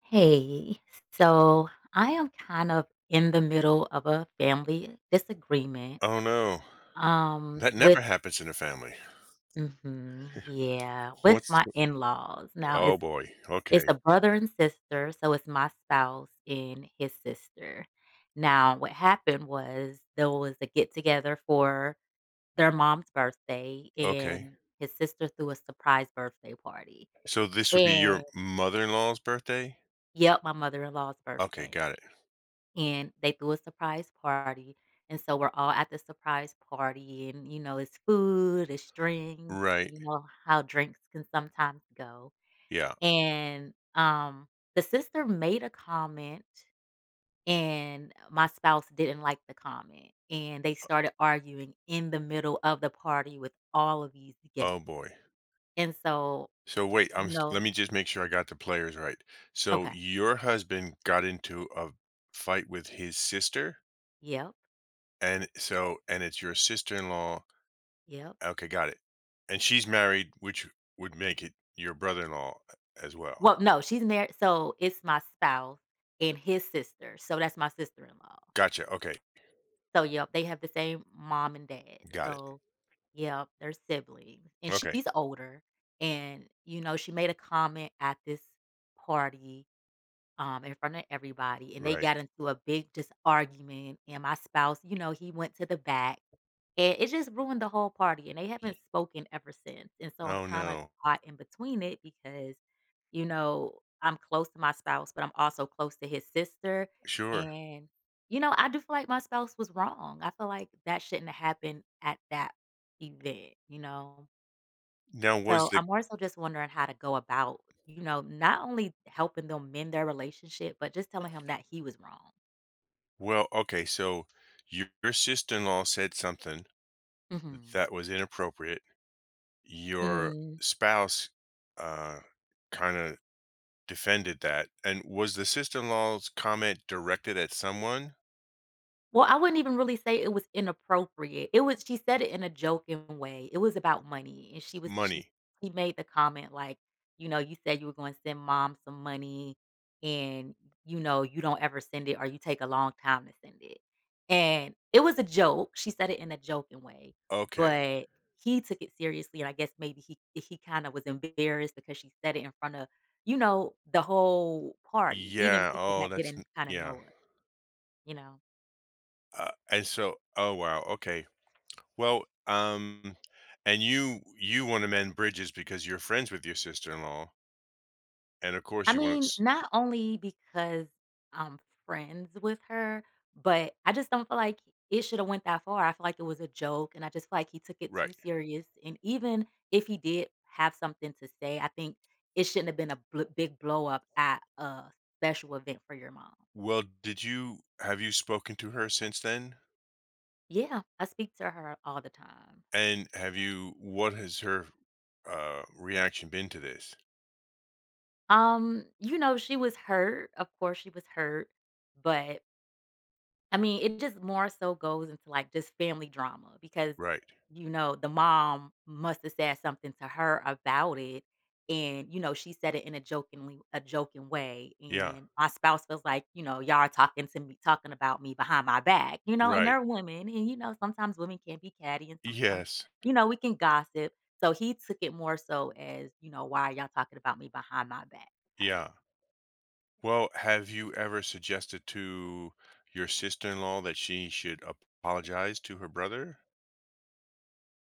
Hey, so I am kind of in the middle of a family disagreement Oh, no. That with never happens in a family. mhm, yeah, with What's my in-laws. Now Oh, it's boy. it's Okay, a brother and sister, so it's my spouse and his sister. Now what happened was there was a get together for their mom's birthday okay. and his sister threw a surprise birthday party. So this would be And your mother-in-law's birthday? yep, my mother-in-law's Okay, birthday, got it. and they threw a surprise party. And so we're all at the surprise party, and it's food, it's drinks, Right. How drinks can sometimes go. Yeah. And the sister made a comment, and my spouse didn't like the comment. And they started arguing in the middle of the party with all of these Oh, guests. boy. And so, So wait, I'm you s let know, me just make sure I got the players right. So okay, your husband got into a fight with his sister? yep, And it's your sister-in-law, yep. okay, got it. And she's married, which would make it your brother-in-law as well. Well, no, she's married, so it's my spouse and his sister, so that's my sister-in-law. Gotcha, okay, So, yep, they have the same mom and dad. got it. So, yep, they're siblings, and Okay, she's older, and, she made a comment at this party, in front of everybody, and they right. got into a big just argument, and my spouse, he went to the back, and it just ruined the whole party, and they haven't spoken ever since, and so I'm Oh, kinda no. caught in between it because, I'm close to my spouse, but I'm also close to his sister, Sure. and, I do feel like my spouse was wrong. I feel like that shouldn't have happened at that event? Now was So the I'm also just wondering how to go about, not only helping them mend their relationship, but just telling him that he was wrong. Well, okay, so your sister-in-law said something Mhm. that was inappropriate. Your Mm. spouse, uh, kinda defended that, and was the sister-in-law's comment directed at someone? Well, I wouldn't even really say it was inappropriate. It was she said it in a joking way. It was about money, and she was Money. she made the comment like, "You said you were gonna send mom some money, and, you know, you don't ever send it or you take a long time to send it." And it was a joke. She said it in a joking way, Okay. but he took it seriously, and I guess maybe he kinda was embarrassed because she said it in front of, the whole party, even Yeah, people oh, that that's didn't n kinda yeah. know it, you know? And so oh, wow, okay. Well, and you wanna mend bridges because you're friends with your sister-in-law, and of I course you wanna. mean, not only because I'm friends with her, but I just don't feel like it should have went that far. I feel like it was a joke, and I just feel like he took it too Right. serious. And even if he did have something to say, I think it shouldn't have been a big blow up at a special event for your mom. Well, did you have you spoken to her since then? Yeah, I speak to her all the time. And have you what has her reaction been to this? She was hurt. Of course, she was hurt, but I mean, it just more so goes into, like, just family drama because, Right. The mom must've said something to her about it, and, she said it in a jokingly a joking way, Yeah. and my spouse feels like, "Y'all are talking about me behind my back," and Right. they're women, and, sometimes women can be catty, and sometimes, Yes. We can gossip, so he took it more so as, "Why are y'all talking about me behind my back?" type. Yeah. Well, have you ever suggested to your sister-in-law that she should apologize to her brother?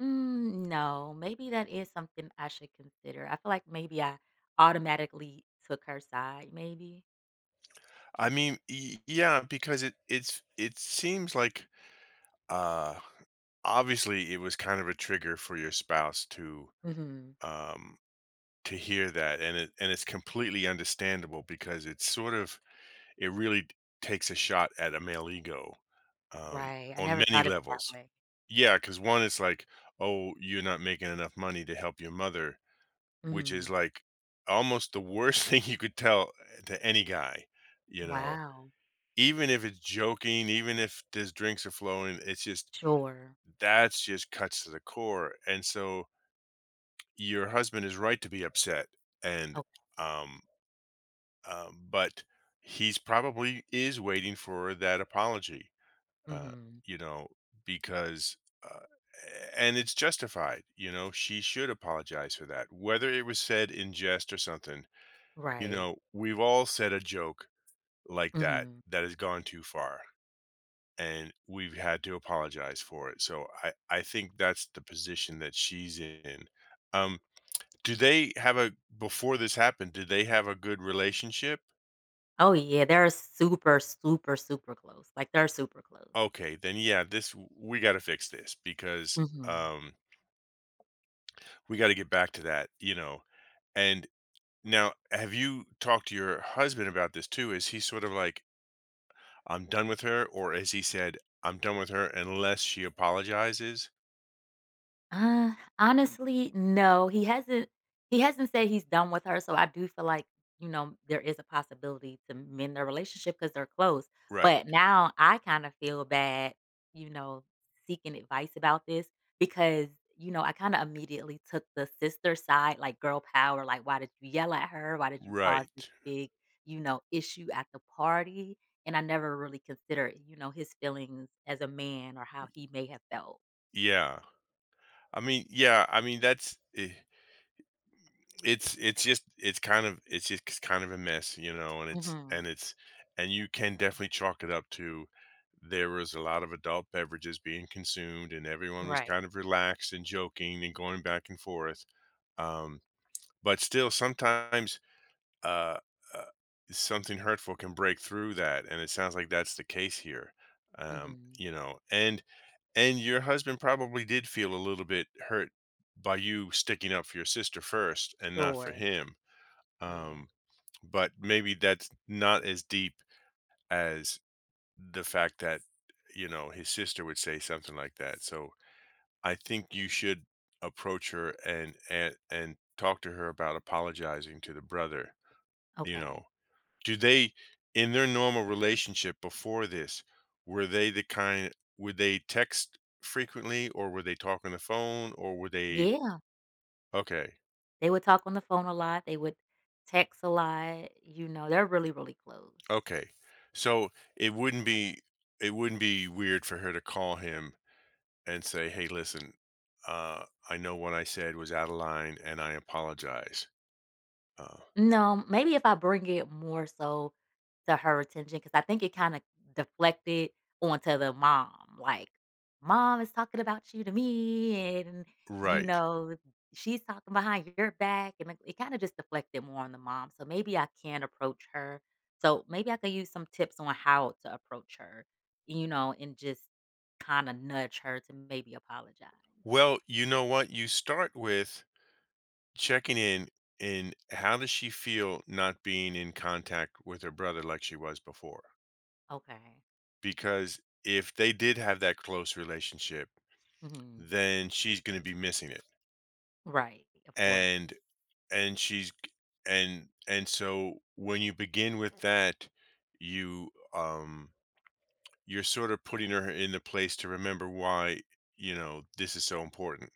Mm, no, maybe that is something I should consider. I feel like maybe I automatically took her side, maybe. I mean, yeah, because it seems like uh obviously it was kind of a trigger for your spouse to Hmm. um hear that, and it's completely understandable because it's sort of it really takes a shot at a male ego, um, Right. I on never many thought of it that levels. way. Yeah, because one is like, oh, you're not making enough money to help your mother, which is Hmm. like almost the worst thing you could tell to any guy, you know, Wow. even if it's joking, even if there's drinks are flowing, it's just Sure. that's just cuts to the core. And so your husband is right to be upset, and Okay. um but he's probably is waiting for that apology, uh, Hmm. you know, because uh, and it's justified. You know, she should apologize for that. Whether it was said in jest or something, you Right. know, we've all said a joke like that Hmm. that has gone too far, and we've had to apologize for it. So I think that's the position that she's in. Um do they have a Before this happened, did they have a good relationship? Oh, yeah. They're super, super, super close. Like, they're super close. Okay, then yeah, this we got to fix this because Hmm. um we got to get back to that. And now have you talked to your husband about this too? Is he sort of like, I'm done with her, or as he said, I'm done with her unless she apologizes? Uh, honestly, no. He hasn't said he's done with her, so I do feel like, there is a possibility to mend their relationship because 'cause they're close. Right. But now I kinda feel bad, you know, seeking advice about this because, I kinda immediately took the sister side, like girl power, like, "Why did you yell at her? Why did you cause this Right. big, issue at the party?" And I never really considered, his feelings as a man or how he may have felt. Yeah. I mean, yeah, I mean that's it's just kind of a mess, you know, and it's and Mhm. it's and you can definitely chalk it up to there was a lot of adult beverages being consumed, and everyone was kind Right. of relaxed and joking and going back and forth. Um, but still sometimes, uh, uh, something hurtful can break through that, and it sounds like that's the case here. Um, Mhm. you know, and and your husband probably did feel a little bit hurt by you sticking up for your sister first and not for Sure. him, Yeah. um, but maybe that's not as deep as the fact that, you know, his sister would say something like that. So I think you should approach her and talk to her about apologizing to the brother. You Okay. know, do they, in their normal relationship before this, were they the kind, would they text frequently, or were they talk on the phone, or were they Yeah. okay, They would talk on the phone a lot. They would text a lot. They're really, really close. okay, so it wouldn't be it wouldn't be weird for her to call him and say, "Hey, listen, I know what I said was out of line, and I apologize." Uh, No, maybe if I bring it more so to her attention, because I think it kinda deflected onto the mom, like, "Mom is talking about you to me, and, you right. know, she's talking behind your back," and it kinda just deflected more on the mom, so maybe I can approach her. So, maybe I could use some tips on how to approach her, and just kinda nudge her to maybe apologize. Well, you know what? You start with checking in. How does she feel not being in contact with her brother like she was before? Okay. Because if they did have that close relationship, Mhm. then she's going to be missing it, Right, of course. and and she's and so when you begin with that, you you're sort of putting her in the place to remember why, you know, this is so important.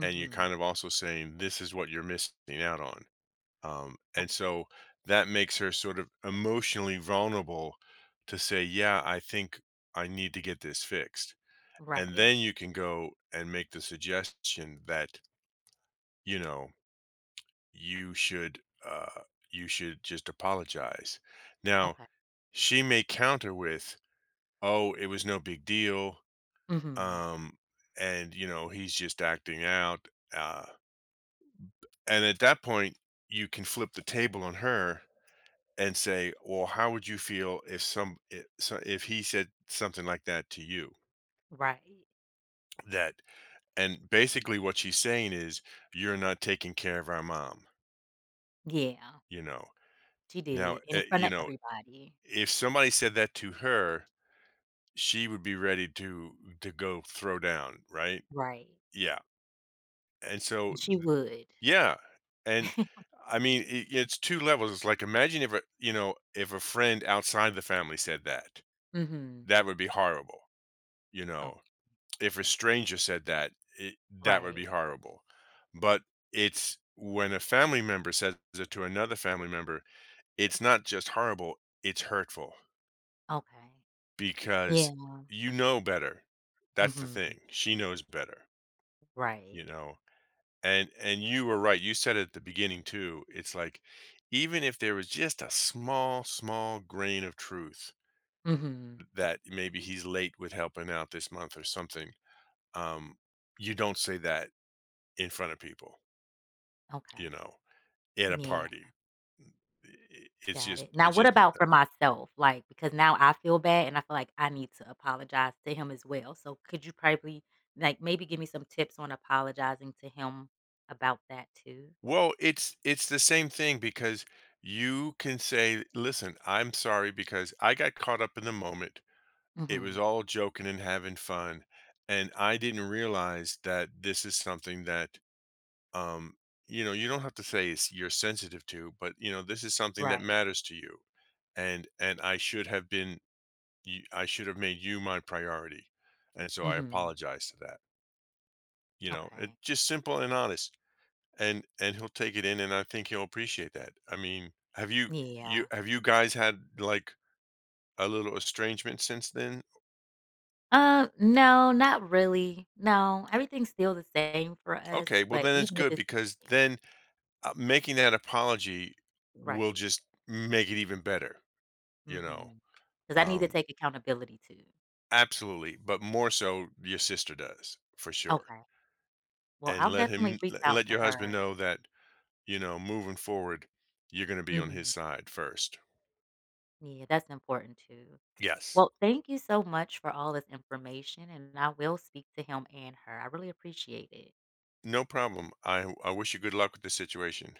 And you're kind of also saying, this is what you're missing out on. And Okay. so that makes her sort of emotionally vulnerable to say, yeah, I think I need to get this fixed. And Right. then you can go and make the suggestion that, you know, you should, uh, you should just apologize. Now, Okay. she may counter with, oh, it was no big deal, Mhm. um and you know he's just acting out, uh and at that point you can flip the table on her and say, well, how would you feel if some if, so- if he said something like that to you, Right. that, and basically what she's saying is you're not taking care of our mom. Yeah, You know, she now did in front of everybody. if somebody said that to her, she would be ready to go throw down, right? Right. Yeah, and so And she would. yeah. And I mean, I it's two levels. It's like, imagine if a, you know, if a friend outside the family said that, Mhm. that would be horrible, you Okay. know? If a stranger said that, it that would be Right. horrible, but it's when a family member says it to another family member, it's not just horrible, it's hurtful Okay. because Yeah. you know better. That's the Mhm. thing, she knows better, you Right. know? And you were right. You said it at the beginning too. It's like, even if there was just a small, small grain of truth Mhm. that maybe he's late with helping out this month or something, um, you don't say that in front of people, you Okay. know, at a Yeah. party. Got it. Now It's what just about for myself? Like, because now I feel bad and I feel like I need to apologize to him as well. So could you probably, like, maybe give me some tips on apologizing to him about that too? Well, it's the same thing because you can say, listen, I'm sorry because I got caught up in the moment. It was Mhm. all joking and having fun, and I didn't realize that this is something that, um, you don't have to say it's you're sensitive to, but, this is something that Right. matters to you, and I should have made you my priority, and so I Mhm. apologize to that, you know? It Okay. just simple and honest, and he'll take it in, and I think he'll appreciate that. I mean, have you you Yeah. have you guys had, like, a little estrangement since then? No, not really. No, everything's still the same for us, Okay, well, but then it's even if good it's the because same. then making that apology will Right. just make it even better, you know? Mm-hmm. Because I need to Um, take accountability too. absolutely, but more so your sister does, for sure. Okay. Well, And I'll let definitely him reach le out let to your husband her. know that, moving forward, you're gonna be on his Mhm. side first. Yeah, that's important too. Yes. Well, thank you so much for all this information, and I will speak to him and her. I really appreciate it. No problem. I wish you good luck with the situation.